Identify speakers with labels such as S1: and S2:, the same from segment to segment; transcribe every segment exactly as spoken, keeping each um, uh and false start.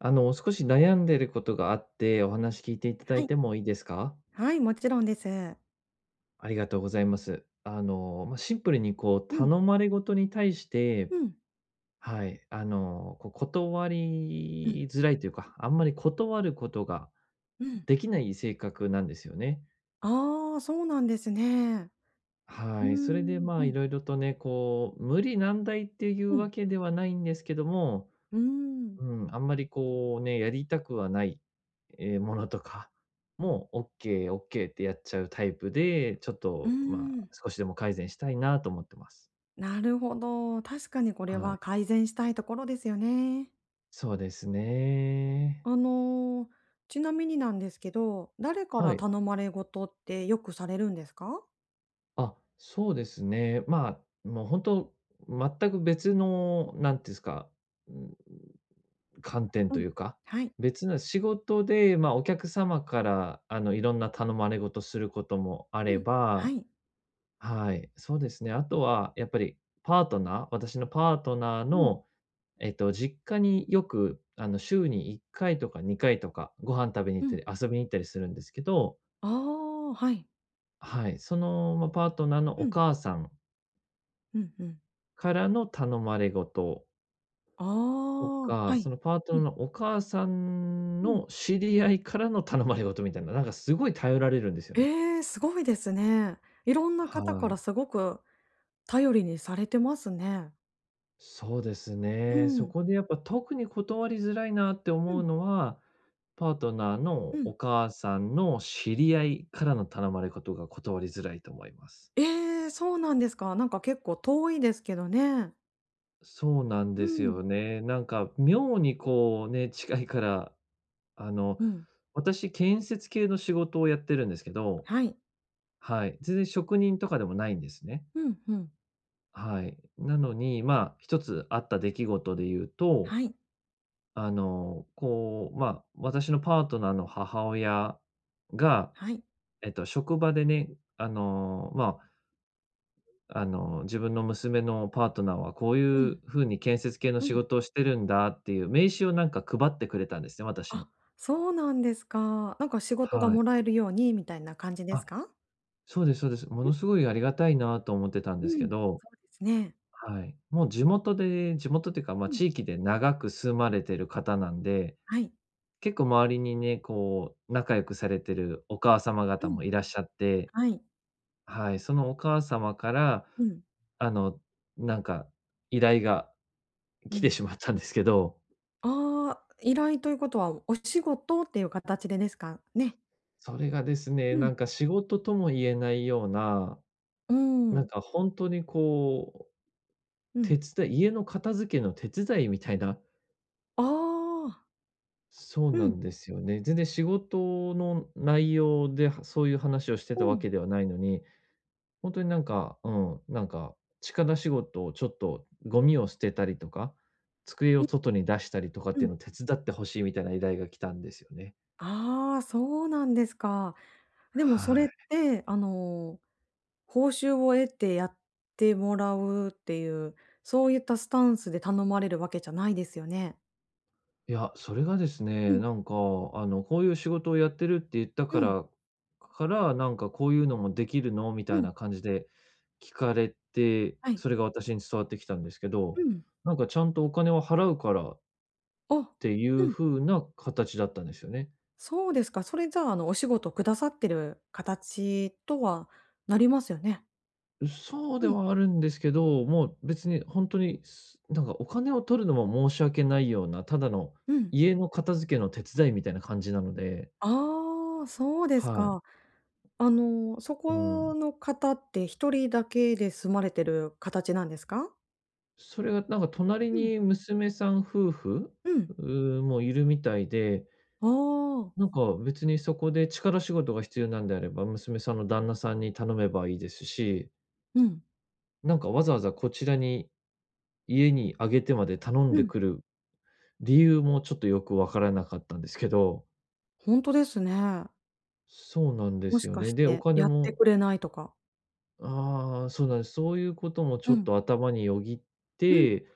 S1: あの、少し悩んでることがあって、お話聞いていただ
S2: は
S1: い
S2: い。
S1: てもいいですか？
S2: はい、もちろんです。
S1: ありがとうございます。あの、まあ、シンプルにこう
S2: うん。
S1: 頼まれごとに対して、
S2: うん。
S1: はい、あの、こう断
S2: うん、
S1: りづらいというか、あんまり断ることが
S2: うん。
S1: できない性格なんですよね。
S2: ああ、そうなんですね。うー
S1: はい。それで、
S2: ん、
S1: ま
S2: う
S1: あ、い
S2: ん、
S1: ろいろとね、こう無理難題っていう
S2: うん。
S1: わけではないんですけども、
S2: うーん。
S1: うん、あんまりこうね、やりたくはない、え、ものとかも、オッケー、オッケーってやっちゃうタイプで、ちょっ
S2: うー
S1: と、まあ、
S2: ん。
S1: 少しでも改善したいなと思ってます。
S2: なるほど。確かにこれ
S1: は
S2: は
S1: い。
S2: 改善したいところですよね。
S1: そうですね。
S2: あの、ちなみになんですけど、誰か
S1: は
S2: ら
S1: い。
S2: 頼まれごとってよくされるんですか？
S1: あ、そうですね。まあ、もう本当全く別の、なんていうんですか、うん、観点
S2: う
S1: と
S2: ん。
S1: いうか、
S2: はい。
S1: 別な仕事で、まあ、お客様から、あの、いろんな頼まれ事することもあ
S2: う
S1: れ
S2: ん。は
S1: ば、
S2: い。
S1: はい、そうですね。あとはやっぱりパートナー私のパートナー
S2: うん、
S1: の、えっと、実家によく、あの、週にいっかいとかにかいとか、ご飯食べに行
S2: う
S1: った
S2: ん。
S1: り遊びに行ったりするんですけど、
S2: ああ、はい。
S1: はい、その、まあ、パートナーの
S2: う
S1: お
S2: ん。
S1: 母さん
S2: うんうん。
S1: からの頼まれごと
S2: あ
S1: と
S2: あ。
S1: か、
S2: はい。
S1: そのパートナ
S2: う
S1: ー
S2: ん。
S1: のお母さん
S2: う
S1: の
S2: ん。
S1: 知り合いからの頼まれごとみたいな、なんかすごい頼られるんですよね。
S2: ええ、すごいですね。いろんな方か
S1: は
S2: ら
S1: い。
S2: すごく頼りにされてますね。
S1: そうです
S2: う
S1: ね。そ
S2: ん。
S1: こでやっぱ特に断りづらいなって
S2: う
S1: 思う
S2: ん。
S1: のは、パートナー
S2: う
S1: の
S2: ん。
S1: お母さんの知り合いからの頼まれ事が断りづらいと思います。
S2: ええ、そうなんですか。なんか結構遠いですけどね。
S1: そうなん
S2: う
S1: です
S2: ん。
S1: よね。なんか妙にこうね、近いから、あの、
S2: うん。
S1: 私建設系の仕事をやってるんですけど、
S2: はい。
S1: はい。全然職人とかでもないんですね。
S2: うん、うん。
S1: はい。なのに、まあ、一つあった出来事で言うと、
S2: はい。
S1: あの、こう、まあ、私のパートナーの母親が、
S2: はい。
S1: えっと、職場でね、あの、まあ、あの、自分の娘のパートナーはこう
S2: う
S1: い
S2: ん。
S1: う風に建設系の
S2: う
S1: 仕
S2: ん。
S1: 事をしてるんだっていう名刺をなんか配ってくれたんですね、私
S2: あ、
S1: の。
S2: そうなんですか。なんか仕事が
S1: はい。
S2: もらえるようにみたいな感じです
S1: あ、
S2: か？
S1: そうですそうです。ものすごいありがたいなと思ってたん
S2: う
S1: ですけ
S2: ん。
S1: ど、
S2: そうですね。
S1: はい。もう地元で地元っていうか、まあ、
S2: うん。
S1: 地域で長く住まれてる方なんで、
S2: はい。
S1: 結構周りにね、こう、仲良くされてるお母様
S2: う
S1: 方
S2: ん。
S1: もいらっしゃって、
S2: はい。
S1: はい、そのお母様から、
S2: うん。
S1: あの、なんか依頼が
S2: う
S1: 来て
S2: ん。
S1: しまったんですけど、
S2: ああ、依頼ということは、お仕事っていう形でですかね？
S1: それがですね、
S2: うん。
S1: なんか仕事とも言えないような、
S2: うー
S1: なん
S2: ん、
S1: か本当にこう、
S2: う
S1: 手
S2: ん。
S1: 伝い家の片付けの手伝いみたいな、
S2: ああ。
S1: そう
S2: う
S1: な
S2: ん、
S1: んですよね。全然仕事の内容で、はそういう話をして
S2: う
S1: たわ
S2: ん、
S1: けではないのに、本当になんか、うん、なんか力仕事をちょっとゴミを捨てたりとか、机を外に出したりとかっ
S2: う
S1: てい
S2: ん。
S1: うのを手伝ってほしいみたいな依頼が来たんですよね。
S2: ああ、そうなんですか。でもそ
S1: は
S2: れって、あの、報酬を得てやってもらうっていう、そういったスタンスで頼まれるわけじゃないですよね？
S1: い。いや、それがです
S2: う
S1: ね、
S2: ん、
S1: なんかあの、こういう仕事をやってるって言った
S2: う
S1: か
S2: ん、
S1: らからなんかこういうのもできるの？みた
S2: う
S1: い
S2: ん。
S1: な感じで聞かれて、
S2: はい。
S1: それが私に伝わってきたんですけ
S2: う
S1: ど、
S2: ん。
S1: なんかちゃんとお金を払うからっ
S2: あ、
S1: てい
S2: う
S1: う
S2: ん。
S1: 風な形だったんですよね。
S2: そうですか。それじゃあ、あの、お仕事をくださってる形とはなりますよね？
S1: そうで
S2: うん。
S1: はあるんですけど、もう別にほんとに、すなんかお金を取るのも申し訳ないような、ただの
S2: うん。
S1: 家の片付けの手伝いみたいな感じなので、
S2: ああ、そうです
S1: はい、
S2: か。あの、そ
S1: う
S2: こ
S1: ん。
S2: の方って一人だけで住まれてる形なんですか？
S1: それがなんか隣
S2: うん、
S1: に娘さん夫婦、
S2: うん。
S1: うもいるみたいで、
S2: ああ、
S1: なんか別にそこで力仕事が必要なんであれば、娘さんの旦那さんに頼めばいいですし、
S2: うん、
S1: なんかわざわざこちらに、家にあげてまで頼ん
S2: う
S1: で
S2: ん。
S1: くる理由もちょっとよくわからなかったんですけど。
S2: ほんとですね。
S1: そうなんで
S2: も
S1: す
S2: し
S1: よ
S2: か
S1: ね。
S2: し
S1: で、お
S2: て
S1: 金
S2: やって
S1: も、
S2: くれないとか。
S1: ああ、そうなんです。そういうこともち
S2: う
S1: ょっ
S2: ん、
S1: と頭によぎっ
S2: うん、
S1: て、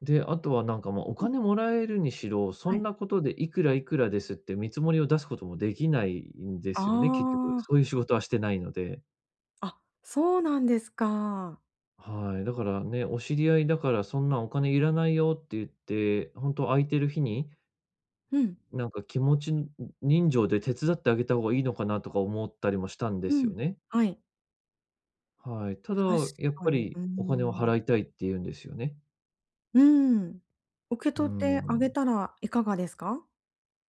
S1: で、あとはなんか、ま、お
S2: うん、
S1: 金もらえるにしろ、そ
S2: は
S1: ん
S2: い。
S1: なことでいくらいくらですって見積もりを出すこともできないんですよね、結局。
S2: あ
S1: そういう仕事はしてないので。
S2: あ、あ、そうなんですか。
S1: はい、だからね、お知り合いだからそんなお金いらないよって言って、本当空いてる日に、
S2: うん、
S1: なんか気持ち人情で手伝ってあげた方がいいのかなとか思ったりもしたんで
S2: う
S1: すよ
S2: ん、
S1: ね。
S2: はい。
S1: はい。ただ、
S2: 確
S1: やっ
S2: か
S1: ぱ
S2: に、うー
S1: りお金を
S2: ん。
S1: 払いたいって言うんですよね。
S2: うん。受け
S1: う
S2: 取ってあげ
S1: ん。
S2: たらいかがですか？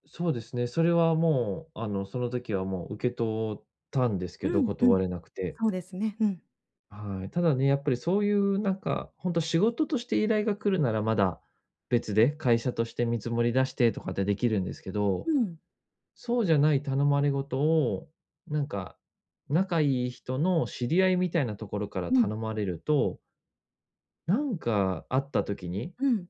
S1: そうですね。それはもう、あの、その時はもう受け取ったんです
S2: う
S1: けど、
S2: ん、う
S1: 断
S2: ん、
S1: れなくて。
S2: そうですね、うん。
S1: はい。ただね、やっぱりそういうなんか、本当仕事として依頼が来るならまだ別で、会社として見積もり出してとかってできるんですけど、
S2: うん、
S1: そうじゃない頼まれごとを、なんか、仲いい人の知り合いみたいなところから
S2: うん、
S1: 頼まれると、なんかあった時に
S2: うん。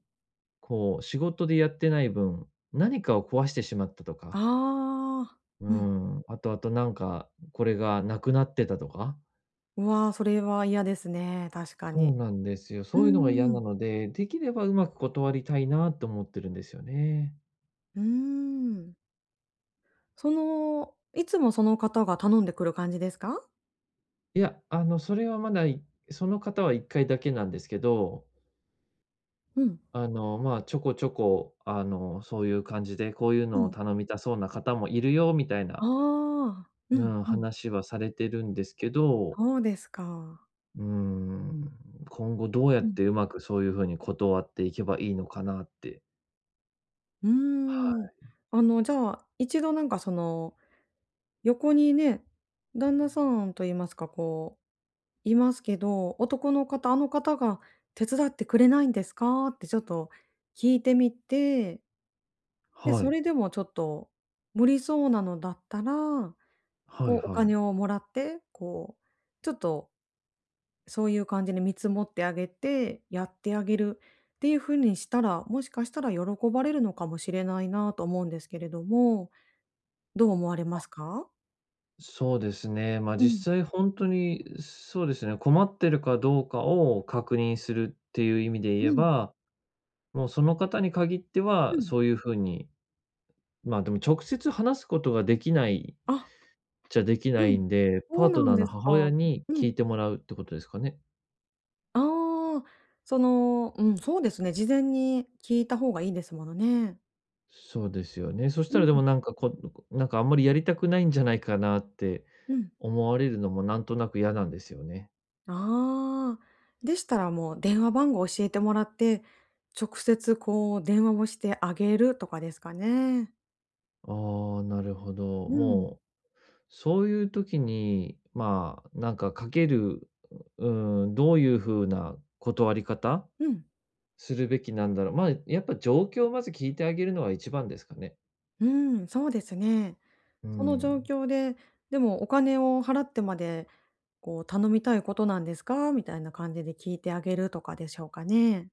S1: こう、仕事でやってない分、何かを壊してしまったとか、
S2: ああ、
S1: うー
S2: うん。
S1: ん、あとあとなんか、これがなくなってたとか。
S2: うわ、それは嫌ですね、確か
S1: そ
S2: に。
S1: うなんですよ。
S2: う
S1: そういうのが嫌
S2: ー
S1: な
S2: ん、
S1: ので、できればうまく断りたいなと思ってるんですよね。
S2: うーん。その、いつもその方が頼んでくる感じですか？
S1: いや、あの、それはまだ、いその方はいっかいだけなんですけど、
S2: うん、
S1: あの、まあ、ちょこちょこ、あの、そういう感じで、こういう
S2: う
S1: のを
S2: ん。
S1: 頼みたそうな方もいるよみたい
S2: あ
S1: な、
S2: あ、う
S1: う
S2: ん、
S1: ん、
S2: うん。
S1: 話はされてるんですけど、
S2: そうですか。
S1: うーん、今後どうやっ
S2: うん、
S1: てうまくそういう風に断っていけばいいのかなって。
S2: う
S1: は
S2: ーん。
S1: い。
S2: あの、じゃあ、一度なんかその、横にね、旦那さんと言いますか、こういますけど、男の方、あの方が「手伝ってくれないんですか？」ってちょっと聞いてみて、で、
S1: は
S2: そ
S1: い。
S2: れでもちょっと無理そうなのだったら、
S1: は
S2: こ
S1: い
S2: う、お
S1: はい。
S2: 金をもらって、こう、ちょっとそういう感じで見積もってあげて、やってあげるっていう風にしたら、もしかしたら喜ばれるのかもしれないなと思うんですけれども、どう思われますか？
S1: そうですね。ま、
S2: う
S1: 実
S2: ん、
S1: 際ほんとに、そうですね、困ってるかどうかを確認するっていう意味で言
S2: う
S1: え
S2: ん、
S1: ば、もうその方に限って
S2: う
S1: は、
S2: ん。
S1: そういう風に、ま、でも直接話すことができないっ
S2: あ、
S1: ちゃできな
S2: う
S1: い
S2: ん。
S1: んで、パ
S2: そ
S1: ー
S2: うな
S1: ト
S2: ん
S1: ナー
S2: で
S1: の
S2: す
S1: 母
S2: か。
S1: 親に
S2: うん。
S1: 聞いてもらうってことですかね？
S2: ああ、その、うん、そうですね、事前に聞いた方がいいですものね。
S1: そうですよね。そし
S2: う
S1: たらで
S2: ん。
S1: もなんか、こなんかあんまりやりたくないんじゃないかなって
S2: うん。
S1: 思われるのもなんとなく嫌なんですよね。
S2: ああ、でしたらもう電話番号教えてもらって、直接こう電話をしてあげるとかですかね。
S1: ああ、なるほど。
S2: うん。
S1: もう、そういう時に、まあ、なんかかける、うん、どういう風な断り方
S2: うん、
S1: するべきなんだろう。まあ、やっぱ状況をまず聞いてあげるのが一番ですかね。
S2: うん、そうですね。
S1: う
S2: その状
S1: ん、
S2: 況で、でもお金を払ってまで、こう「頼みたいことなんですか？」みたいな感じで聞いてあげるとかでしょうかね。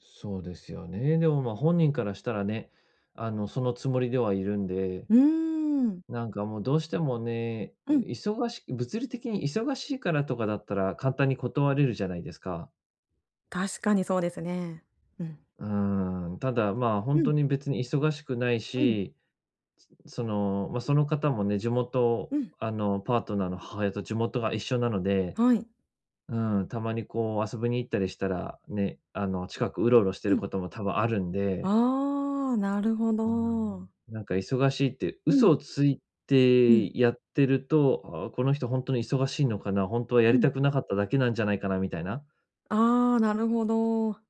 S1: そうですよね。でもまあ本人からしたらね、あの、そのつもりではいるんで、
S2: うーん、
S1: なんかもうどうしてもね、
S2: うん、
S1: 忙し物理的に忙しいからとかだったら簡単に断れるじゃないですか。
S2: 確かにそうですね。うん。
S1: うん、ただ、まあ、
S2: う
S1: 本当
S2: ん、
S1: に別に忙しくない
S2: うん、
S1: し、その、ま、その方もね、地元
S2: うん。
S1: あの、パートナーの母親と地元が一緒なので、
S2: はい。
S1: うん、たまにこう遊びに行ったりしたら、ね、あの、近くうろうろして
S2: う
S1: る
S2: ん。
S1: ことも多分あるんで、
S2: ああ、なるほ
S1: う
S2: ど。
S1: ーん、なんか忙しいって
S2: う
S1: 嘘
S2: ん、
S1: をつい
S2: うん、
S1: てやってると、あこの人ほんとに忙しいのかな、ほんとはや
S2: う
S1: り
S2: ん。
S1: たくなかっただけなんじゃないかなみたいな、
S2: ああ、なるほど。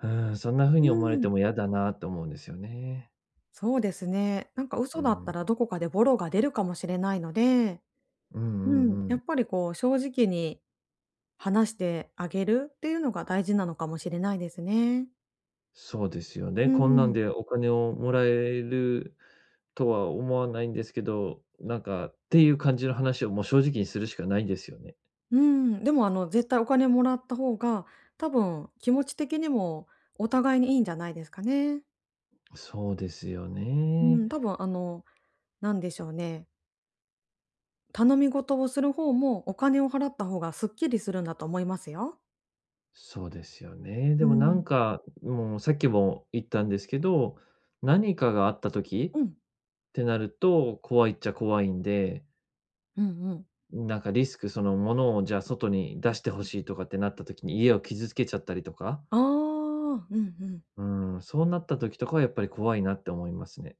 S1: うーん、そんな風
S2: う
S1: に思われ
S2: ん。
S1: ても嫌だなと思うんですよね。
S2: そうですね。なんか
S1: う
S2: 嘘だった
S1: ん。
S2: らどこかでボロが出るかもしれないので、
S1: うんう
S2: うん、
S1: ん
S2: や
S1: うん。
S2: っぱりこう正直に話してあげるっていうのが大事なのかもしれないですね。
S1: そうですよ
S2: う
S1: ね。こんなん
S2: ん。
S1: でお金をもらえるとは思わないんですけど、なんかっていう感じの話をもう正直にするしかないですよね。
S2: うん、でもあの絶対お金もらった方が、多分気持ち的にもお互いにいいんじゃないですかね。
S1: そうですよ
S2: う
S1: ね。
S2: ん、多分あの、なんでしょうね。頼み事をする方も、お金を払った方がすっきりするんだと思いますよ。
S1: そうですよね。で
S2: う
S1: もな
S2: ん。
S1: んか、もうさっきも言ったんですけど、何かがあった時
S2: うん。
S1: ってなると、怖いっちゃ怖いんで、
S2: うんうん。
S1: なんかリスクそのものをじゃあ外に出してほしいとかってなった時に家を傷つけちゃったりとか、
S2: ああ、うんうん。
S1: うん、そうなった時とかはやっぱり怖いなって思いますね。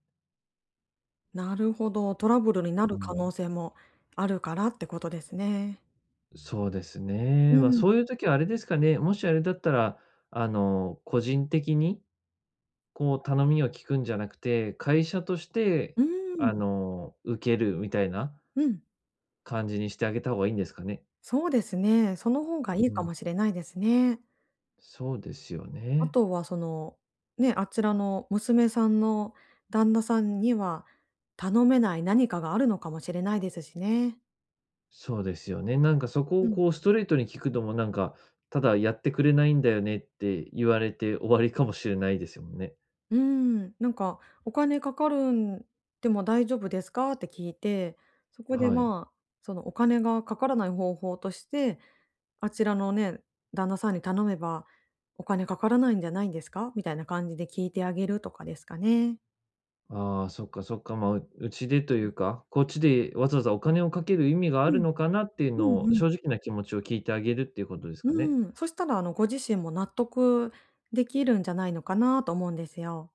S2: なるほど、トラブルにな
S1: う
S2: る可
S1: ん。
S2: 能性もあるからってことですね。
S1: そうですね。
S2: う
S1: まあ、
S2: ん。
S1: そういう時はあれですかね、もしあれだったら、あの、個人的にこう、頼みを聞くんじゃなくて、会社として、
S2: うん、
S1: あの、受けるみたいな
S2: うん、
S1: 感じにしてあげた方がいいんですかね？
S2: そうですね。その方がいい
S1: う
S2: か
S1: ん。
S2: もしれないですね。
S1: そうですよ
S2: あ
S1: ね。
S2: とはその、ね、あちらの娘さんの旦那さんには、頼めない何かがあるのかもしれないですしね。
S1: そうですよね。なんかそこ
S2: う
S1: を
S2: ん。
S1: こうストレートに聞くのもなんか、ただやってくれないんだよねって言われて終わりかもしれないですもんね。
S2: うーん、なんか「お金かかるんでも大丈夫ですか？」って聞いて、そこで、
S1: はい。
S2: まあ、そのお金がかからない方法として、あちらのね、旦那さんに頼めば「お金かからないんじゃないんですか？」みたいな感じで聞いてあげるとかですかね。
S1: ああ、そっかそっか、まあ、ううちでというか、こっちでわざわざお金をかける意味があ
S2: う
S1: る
S2: ん、
S1: のかなっていう
S2: うん、
S1: の
S2: うん
S1: を、
S2: うん。
S1: 正直な気持ちを聞いてあげるっていうことです
S2: う
S1: かね？
S2: ん、そしたら、あの、ご自身も納得できるんじゃないのかなと思うんですよ。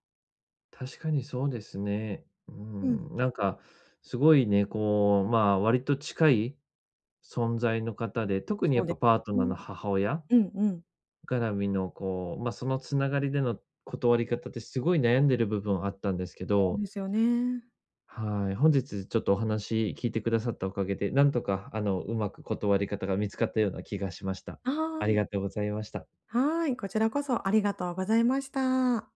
S1: 確かにそうですね。う
S2: うん。
S1: ん、なんか、すごいね、こう、まあ、割と近い存在の方で、特に
S2: そ
S1: や
S2: う
S1: っ
S2: で
S1: ぱパート
S2: す。う
S1: ナー
S2: ん。
S1: の母親
S2: うんうん。
S1: 絡みの、こう、まあ、そのつながりでの断り方ってすごい悩んでる部分あったんですけ
S2: そう
S1: ど、
S2: ですよね。
S1: はい、本日ちょっとお話聞いてくださったおかげで、なんとかあの、うまく断り方が見つかったような気がしました。
S2: あ
S1: あり
S2: あ。
S1: がとうございました。
S2: はーい、こちらこそありがとうございました。